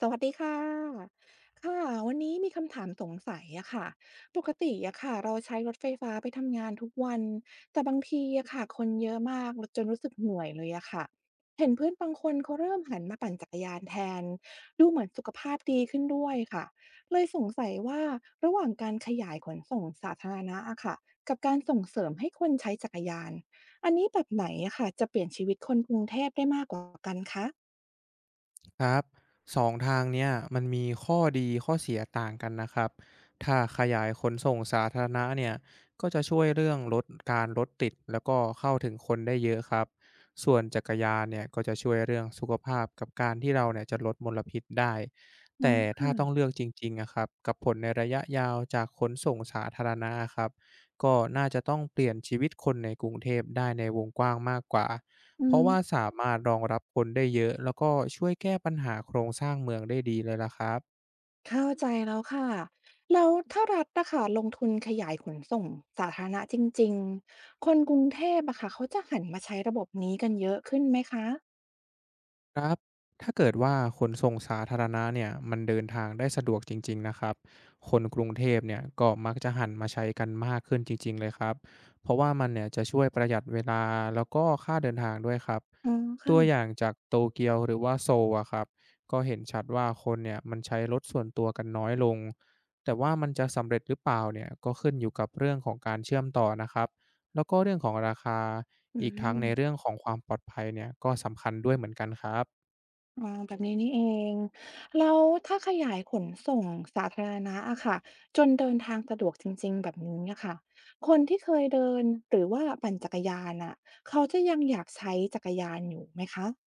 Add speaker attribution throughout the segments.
Speaker 1: สวัสดีค่ะค่ะวันนี้มีคำถามสงสัยอะค่ะปกติอะค่ะเราใช้รถไฟฟ้าไปทำงานทุกวันแต่บางทีอะค่ะคนเยอะมากจนรู้สึกเหนื่อยเลยอะค่ะเห็นเพื่อนบางคนเขาเริ่มหันมาปั่นจักรยานแทนดูเหมือนสุขภาพดีขึ้นด้วยค่ะเลยสงสัยว่าระหว่างการขยายขนส่งสาธารณะอะค่ะกับการส่งเสริมให้คนใช้จักรยานอันนี้แบบไหนอะค่ะจะเปลี่ยนชีวิตคนกรุงเทพได้มากกว่ากันคะ
Speaker 2: ครับสองทางเนี้ยมันมีข้อดีข้อเสียต่างกันนะครับถ้าขยายขนส่งสาธารณะเนี่ยก็จะช่วยเรื่องลดการรถติดแล้วก็เข้าถึงคนได้เยอะครับส่วนจักรยานเนี่ยก็จะช่วยเรื่องสุขภาพกับการที่เราเนี่ยจะลดมลพิษได้
Speaker 1: อ๋อ
Speaker 2: แต่ถ้า
Speaker 1: ค่ะ
Speaker 2: ต้องเลือกจริงๆนะครับกับผลในระยะยาวจากขนส่งสาธารณะะครับก็น่าจะต้องเปลี่ยนชีวิตคนในกรุงเทพได้ในวงกว้างมากกว่า
Speaker 1: อื
Speaker 2: เพราะ
Speaker 1: ม
Speaker 2: ว่าสามารถรองรับคนได้เยอะแล้วก็ช่วยแก้ปัญหาโครงสร้างเมืองได้ดีเลยล่ะครับ
Speaker 1: เข้าใจแล้วค่ะแล้วถ้ารัฐอะค่ะลงทุนขยายขนส่งสาธารณะจริงๆคนกรุงเทพอะค่ะเขาจะหันมาใช้ระบบนี้กันเยอะขึ้นไหมคะ
Speaker 2: ครับ ถ้าเกิดว่าขนส่งสาธารณะเนี่ยมันเดินทางได้สะดวกจริงๆนะครับคนกรุงเทพเนี่ยก็มักจะหันมาใช้กันมากขึ้นจริงๆเลยครับ เพราะว่ามันเนี่ยจะช่วยประหยัดเวลาแล้วก็ค่าเดินทางด้วยครับ
Speaker 1: อ๋อ
Speaker 2: ตัวอ
Speaker 1: ค่ะ
Speaker 2: ย่างจากโตเกียวหรือว่าโซลอะครับ ก็เห็นชัดว่าคนเนี่ยมันใช้รถส่วนตัวกันน้อยลง แต่ว่ามันจะสำเร็จหรือเปล่าเนี่ยก็ขึ้นอยู่กับเรื่องของการเชื่อมต่อนะครับแล้วก็เรื่องของราคา
Speaker 1: อื
Speaker 2: อีกทั้ง
Speaker 1: ม
Speaker 2: ในเรื่องของความปลอดภัยเนี่ยก็สำคัญด้วยเหมือนกันครับ
Speaker 1: อ๋อแบบนี้นี่เองแล้วถ้าขยายขนส่งสาธารณะอะค่ะจนเดินทางสะดวกจริงๆแบบนี้อะค่ะ คนที่เคยเดินหรือว่าปั่นจักรยานอะเขาจะยังอยากใช้จักรยานอยู่ไหมคะ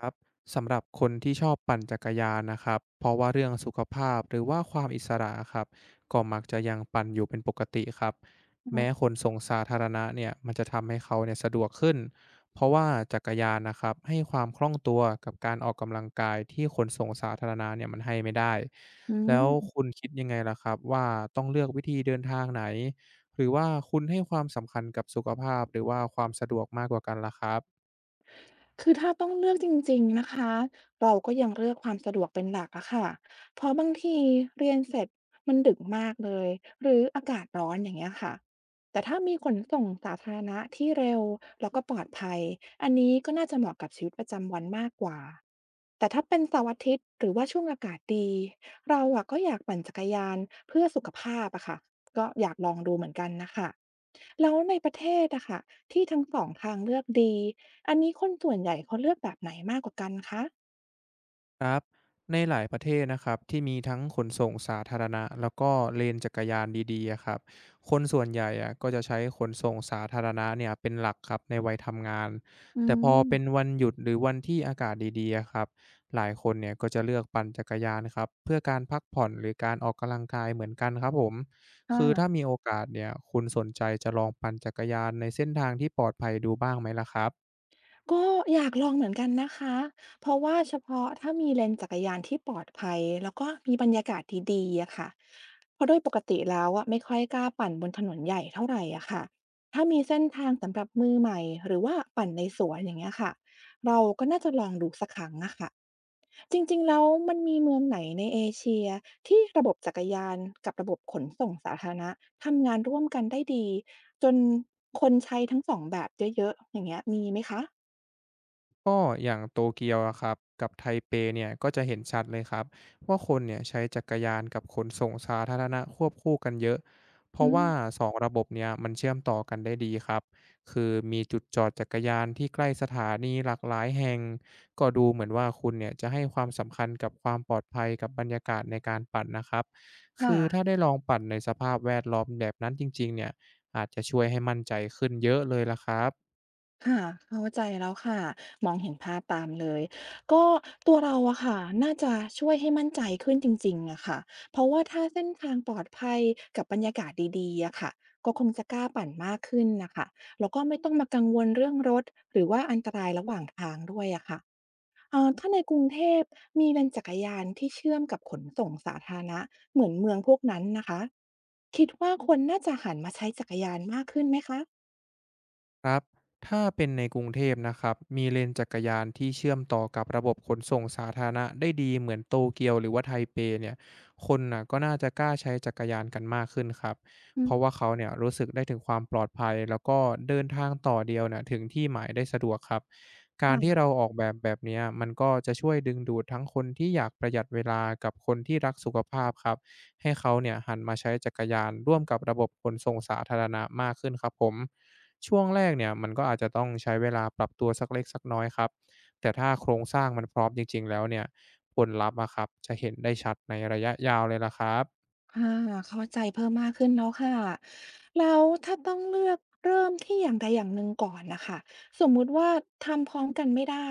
Speaker 2: ครับสำหรับคนที่ชอบปั่นจักรยานนะครับเพราะว่าเรื่องสุขภาพหรือว่าความอิสระครับก็มักจะยังปั่นอยู่เป็นปกติครับแม้ขนส่งสาธารณะเนี่ยมันจะทำให้เขาเนี่ยสะดวกขึ้นเพราะว่าจักรยานนะครับให้ความคล่องตัวกับการออกกำลังกายที่ขนส่งสาธารณะเนี่ยมันให้ไม่ได้
Speaker 1: อื
Speaker 2: แล้ว
Speaker 1: ม
Speaker 2: คุณคิดยังไงล่ะครับว่าต้องเลือกวิธีเดินทางไหนหรือว่าคุณให้ความสำคัญกับสุขภาพหรือว่าความสะดวกมากกว่ากันล่ะครับ
Speaker 1: คือถ้าต้องเลือกจริงๆนะคะเราก็ยังเลือกความสะดวกเป็นหลักอะค่ะเพราะบางทีเรียนเสร็จมันดึกมากเลยหรืออากาศร้อนอย่างเงี้ยค่ะแต่ถ้ามีขนส่งสาธารณะที่เร็วแล้วก็ปลอดภัยอันนี้ก็น่าจะเหมาะกับชีวิตประจำวันมากกว่าแต่ถ้าเป็นเสาร์อาทิตย์หรือว่าช่วงอากาศดีเราอะก็อยากปั่นจักรยานเพื่อสุขภาพอะค่ะก็อยากลองดูเหมือนกันนะคะแล้วในประเทศอะค่ะที่ทั้งสองทางเลือกดี อันนี้คนส่วนใหญ่เขาเลือกแบบไหนมากกว่ากันคะ
Speaker 2: ครับในหลายประเทศนะครับที่มีทั้งขนส่งสาธารณะแล้วก็เลนจักรยานดีๆอะครับคนส่วนใหญ่อะก็จะใช้ขนส่งสาธารณะเนี่ยเป็นหลักครับในวัยทำงาน
Speaker 1: อื
Speaker 2: แต่พอเป็น
Speaker 1: ม
Speaker 2: วันหยุดหรือวันที่อากาศดีๆอะครับหลายคนเนี่ยก็จะเลือกปั่นจักรยานครับเพื่อการพักผ่อนหรือการออกกำลังกายเหมือนกันครับผม
Speaker 1: ค
Speaker 2: คือถ้ามี
Speaker 1: ่ะ
Speaker 2: โอกาสเนี่ยคุณสนใจจะลองปั่นจักรยานในเส้นทางที่ปลอดภัยดูบ้างไหมล่ะครับ
Speaker 1: ก็อยากลองเหมือนกันนะคะเพราะว่าเฉพาะถ้ามีเลนจักรยานที่ปลอดภัยแล้วก็มีบรรยากาศดีๆอะค่ะเพราะโดยปกติแล้วอะไม่ค่อยกล้าปั่นบนถนนใหญ่เท่าไรอะค่ะถ้ามีเส้นทางสำหรับมือใหม่หรือว่าปั่นในสวนอย่างเงี้ยค่ะเราก็น่าจะลองดูสักครั้งอะค่ะ จริงๆแล้วมันมีเมืองไหนในเอเชียที่ระบบจักรยานกับระบบขนส่งสาธารณะทำงานร่วมกันได้ดีจนคนใช้ทั้งสองแบบเยอะๆอย่างเงี้ยมีไหมคะ
Speaker 2: ก็อย่างโตเกียวอะครับกับไทเปเนี่ยก็จะเห็นชัดเลยครับว่าคนเนี่ยใช้จักรยานกับขนส่งสาธารณะควบคู่กันเยอะเพ
Speaker 1: อื
Speaker 2: ราะว่า
Speaker 1: ม
Speaker 2: 2ระบบเนี่ยมันเชื่อมต่อกันได้ดีครับคือมีจุดจอดจักรยานที่ใกล้สถานีหลากหลายแห่งก็ดูเหมือนว่าคุณเนี่ยจะให้ความสำคัญกับความปลอดภัยกับบรรยากาศในการปั่นนะครับคือถ้า
Speaker 1: ค่ะ
Speaker 2: ได้ลองปั่นในสภาพแวดล้อมแบบนั้นจริงๆเนี่ยอาจจะช่วยให้มั่นใจขึ้นเยอะเลยละครับ
Speaker 1: ค่ะเข้าใจแล้วค่ะมองเห็นภาพตามเลยก็ตัวเราอะค่ะน่าจะช่วยให้มั่นใจขึ้นจริงๆอะค่ะเพราะว่าถ้าเส้นทางปลอดภัยกับบรรยากาศดีๆอะค่ะก็คงจะกล้าปั่นมากขึ้นนะคะแล้วก็ไม่ต้องมากังวลเรื่องรถหรือว่าอันตรายระหว่างทางด้วยอะค่ะถ้าในกรุงเทพมีเลนจักรยานที่เชื่อมกับขนส่งสาธารณะเหมือนเมืองพวกนั้นนะคะคิดว่าคนน่าจะหันมาใช้จักรยานมากขึ้นไหมคะ
Speaker 2: ครับถ้าเป็นในกรุงเทพนะครับมีเลนจักรยานที่เชื่อมต่อกับระบบขนส่งสาธารณะได้ดีเหมือนโตเกียวหรือว่าไทเปเนี่ยคนน่ะก็น่าจะกล้าใช้จักรยานกันมากขึ้นครับ
Speaker 1: อื
Speaker 2: เพ
Speaker 1: ม
Speaker 2: ราะว่าเขาเนี่ยรู้สึกได้ถึงความปลอดภัยแล้วก็เดินทางต่อเดียวน่ะถึงที่หมายได้สะดวกครับการที่เรา
Speaker 1: ค่ะ
Speaker 2: ออกแบบแบบเนี้ยมันก็จะช่วยดึงดูดทั้งคนที่อยากประหยัดเวลากับคนที่รักสุขภาพครับให้เขาเนี่ยหันมาใช้จักรยานร่วมกับระบบขนส่งสาธารณะมากขึ้นครับผม ช่วงแรกเนี่ยมันก็อาจจะต้องใช้เวลาปรับตัวสักเล็กสักน้อยครับแต่ถ้าโครงสร้างมันพร้อมจริงๆแล้วเนี่ยผลลัพธ์อะครับจะเห็นได้ชัดในระยะยาวเลยล่ะครับ
Speaker 1: ค่ะเข้าใจเพิ่มมากขึ้นแล้วค่ะแล้วถ้าต้องเลือกเริ่มที่อย่างใดอย่างหนึ่งก่อนนะคะสมมุติว่าทำพร้อมกันไม่ได้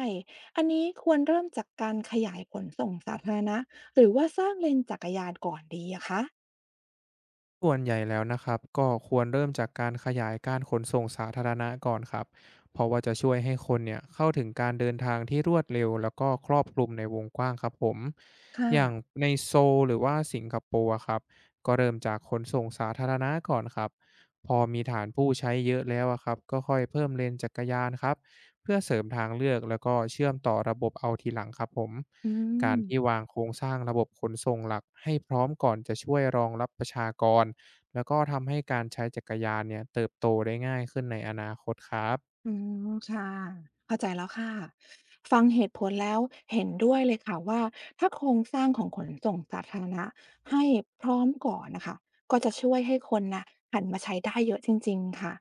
Speaker 1: อันนี้ควรเริ่มจากการขยายผลส่งสาธารณะหรือว่าสร้างเลนจักรยานก่อนดีอะคะ
Speaker 2: ส่วนใหญ่แล้วนะครับก็ควรเริ่มจากการขยายการขนส่งสาธารณะก่อนครับเพราะว่าจะช่วยให้คนเนี่ยเข้าถึงการเดินทางที่รวดเร็วแล้วก็ครอบคลุมในวงกว้างครับผมอย่าง
Speaker 1: ค่ะ
Speaker 2: ในโซลหรือว่าสิงคโปร์อะครับก็เริ่มจากขนส่งสาธารณะก่อนครับพอมีฐานผู้ใช้เยอะแล้วอะครับก็ค่อยเพิ่มเลนจักรยานครับเพื่อเสริมทางเลือกแล้วก็เชื่อมต่อระบบเอาทีหลังครับผม
Speaker 1: อื
Speaker 2: การที่
Speaker 1: ม
Speaker 2: วางโครงสร้างระบบขนส่งหลักให้พร้อมก่อนจะช่วยรองรับประชากร แล้วก็ทำให้การใช้จักรยานเนี่ยเติบโตได้ง่ายขึ้นในอนาคตครับ
Speaker 1: อืม ค่ะเข้าใจแล้วค่ะ ฟังเหตุผลแล้วเห็นด้วยเลยค่ะว่าถ้าโครงสร้างของขนส่งสาธารณะให้พร้อมก่อนนะคะก็จะช่วยให้คนน่ะหันมาใช้ได้เยอะจริงๆค่ะ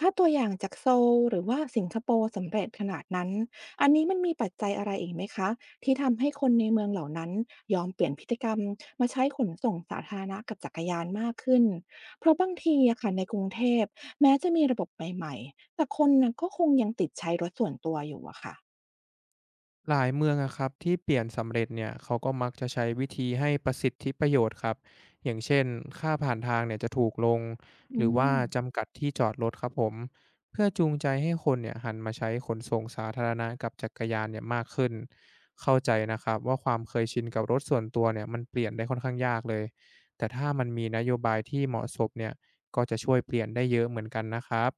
Speaker 1: ถ้าตัวอย่างจากโซลหรือว่าสิงคโปร์สำเร็จขนาดนั้น อันนี้มันมีปัจจัยอะไรอีกไหมคะที่ทำให้คนในเมืองเหล่านั้นยอมเปลี่ยนพฤติกรรมมาใช้ขนส่งสาธารณะกับจักรยานมากขึ้นเพราะบางทีอะค่ะในกรุงเทพแม้จะมีระบบใหม่ๆ แต่คนน่ะก็คงยังติดใช้รถส่วนตัวอยู่อะค่ะ
Speaker 2: หลายเมืองอะครับที่เปลี่ยนสำเร็จเนี่ยเขาก็มักจะใช้วิธีให้ประสิทธิประโยชน์ครับอย่างเช่นค่าผ่านทางเนี่ยจะถูกลงห
Speaker 1: อื
Speaker 2: รือว่า
Speaker 1: ม
Speaker 2: จำกัดที่จอดรถครับผมเพื่อจูงใจให้คนเนี่ยหันมาใช้ขนส่งสาธารณะกับจักรยานเนี่ยมากขึ้น เข้าใจนะครับว่าความเคยชินกับรถส่วนตัวเนี่ยมันเปลี่ยนได้ค่อนข้างยากเลยแต่ถ้ามันมีนโยบายที่เหมาะสมเนี่ยก็จะช่วยเปลี่ยนได้เยอะเหมือนกันนะครับ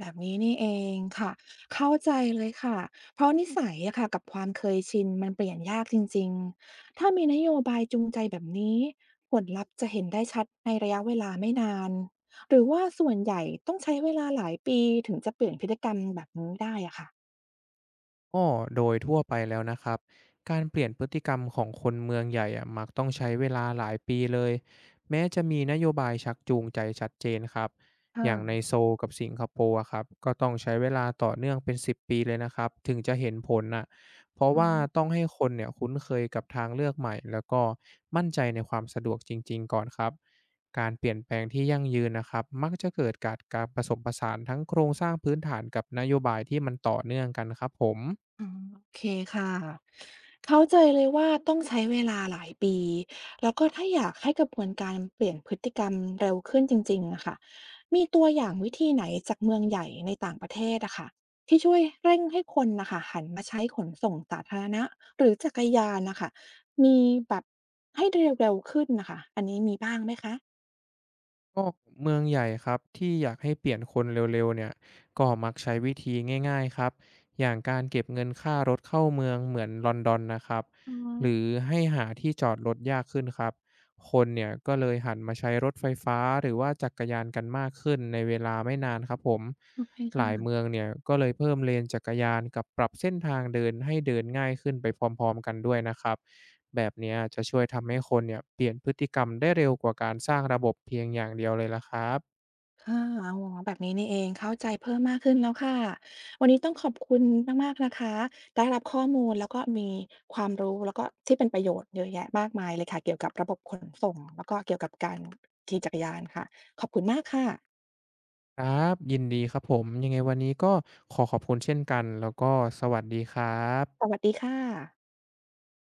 Speaker 1: แบบนี้นี่เองค่ะเข้าใจเลยค่ะเพราะนิสัยอะค่ะกับความเคยชินมันเปลี่ยนยากจริงๆถ้ามีนโยบายจูงใจแบบนี้ผลลัพธ์จะเห็นได้ชัดในระยะเวลาไม่นานหรือว่าส่วนใหญ่ต้องใช้เวลาหลายปีถึงจะเปลี่ยนพฤติกรรมแบบนี้ได้อะค่ะ
Speaker 2: ก็โดยทั่วไปแล้วนะครับการเปลี่ยนพฤติกรรมของคนเมืองใหญ่อะมักต้องใช้เวลาหลายปีเลยแม้จะมีนโยบายชักจูงใจชัดเจนครับอย่างใน
Speaker 1: ค่ะ
Speaker 2: โซลกับสิงคโปร์อะครับก็ต้องใช้เวลาต่อเนื่องเป็น10ปีเลยนะครับถึงจะเห็นผลน่ะเพราะ
Speaker 1: อ๋อ
Speaker 2: ว่าต้องให้คนเนี่ยคุ้นเคยกับทางเลือกใหม่แล้วก็มั่นใจในความสะดวกจริงๆก่อนครับการเปลี่ยนแปลงที่ยั่งยืนนะครับมักจะเกิดการผสมผสานทั้งโครงสร้างพื้นฐานกับนโยบายที่มันต่อเนื่องกันครับผม
Speaker 1: อ๋อโอเคค่ะเข้าใจเลยว่าต้องใช้เวลาหลายปีแล้วก็ถ้าอยากให้กระบวนการเปลี่ยนพฤติกรรมเร็วขึ้นจริงๆอะค่ะมีตัวอย่างวิธีไหนจากเมืองใหญ่ในต่างประเทศอะค่ะที่ช่วยเร่งให้คนน่ะค่ะหันมาใช้ขนส่งสาธารณะหรือจักรยานน่ะค่ะมีแบบให้เร็วๆขึ้นน่ะค่ะอันนี้มีบ้างไหมคะ
Speaker 2: ก็เมืองใหญ่ครับที่อยากให้เปลี่ยนคนเร็วๆเนี่ยก็มักใช้วิธีง่ายๆครับอย่างการเก็บเงินค่ารถเข้าเมืองเหมือนลอนดอนนะครับ
Speaker 1: อ๋อ
Speaker 2: หรือให้หาที่จอดรถยากขึ้นครับคนเนี่ยก็เลยหันมาใช้รถไฟฟ้าหรือว่าจักรยานกันมากขึ้นในเวลาไม่นานครับผม
Speaker 1: โอเค
Speaker 2: หลาย
Speaker 1: ค่ะ
Speaker 2: เมืองเนี่ยก็เลยเพิ่มเลนจักรยานกับปรับเส้นทางเดินให้เดินง่ายขึ้นไปพร้อมๆกันด้วยนะครับแบบเนี้ยจะช่วยทำให้คนเนี่ยเปลี่ยนพฤติกรรมได้เร็วกว่าการสร้างระบบเพียงอย่างเดียวเลยละครับ
Speaker 1: ค่ะอ๋อแบบนี้นี่เองเข้าใจเพิ่มมากขึ้นแล้วค่ะ วันนี้ต้องขอบคุณมากๆนะคะ ได้รับข้อมูลแล้วก็มีความรู้แล้วก็ที่เป็นประโยชน์เยอะแยะมากมายเลยค่ะเกี่ยวกับระบบขนส่งแล้วก็เกี่ยวกับการขี่จักรยานค่ะขอบคุณมากค่ะ
Speaker 2: ครับยินดีครับผมยังไงวันนี้ก็ขอขอบคุณเช่นกันแล้วก็สวัสดีครั
Speaker 1: ส
Speaker 2: บ
Speaker 1: วัสดีค่ะ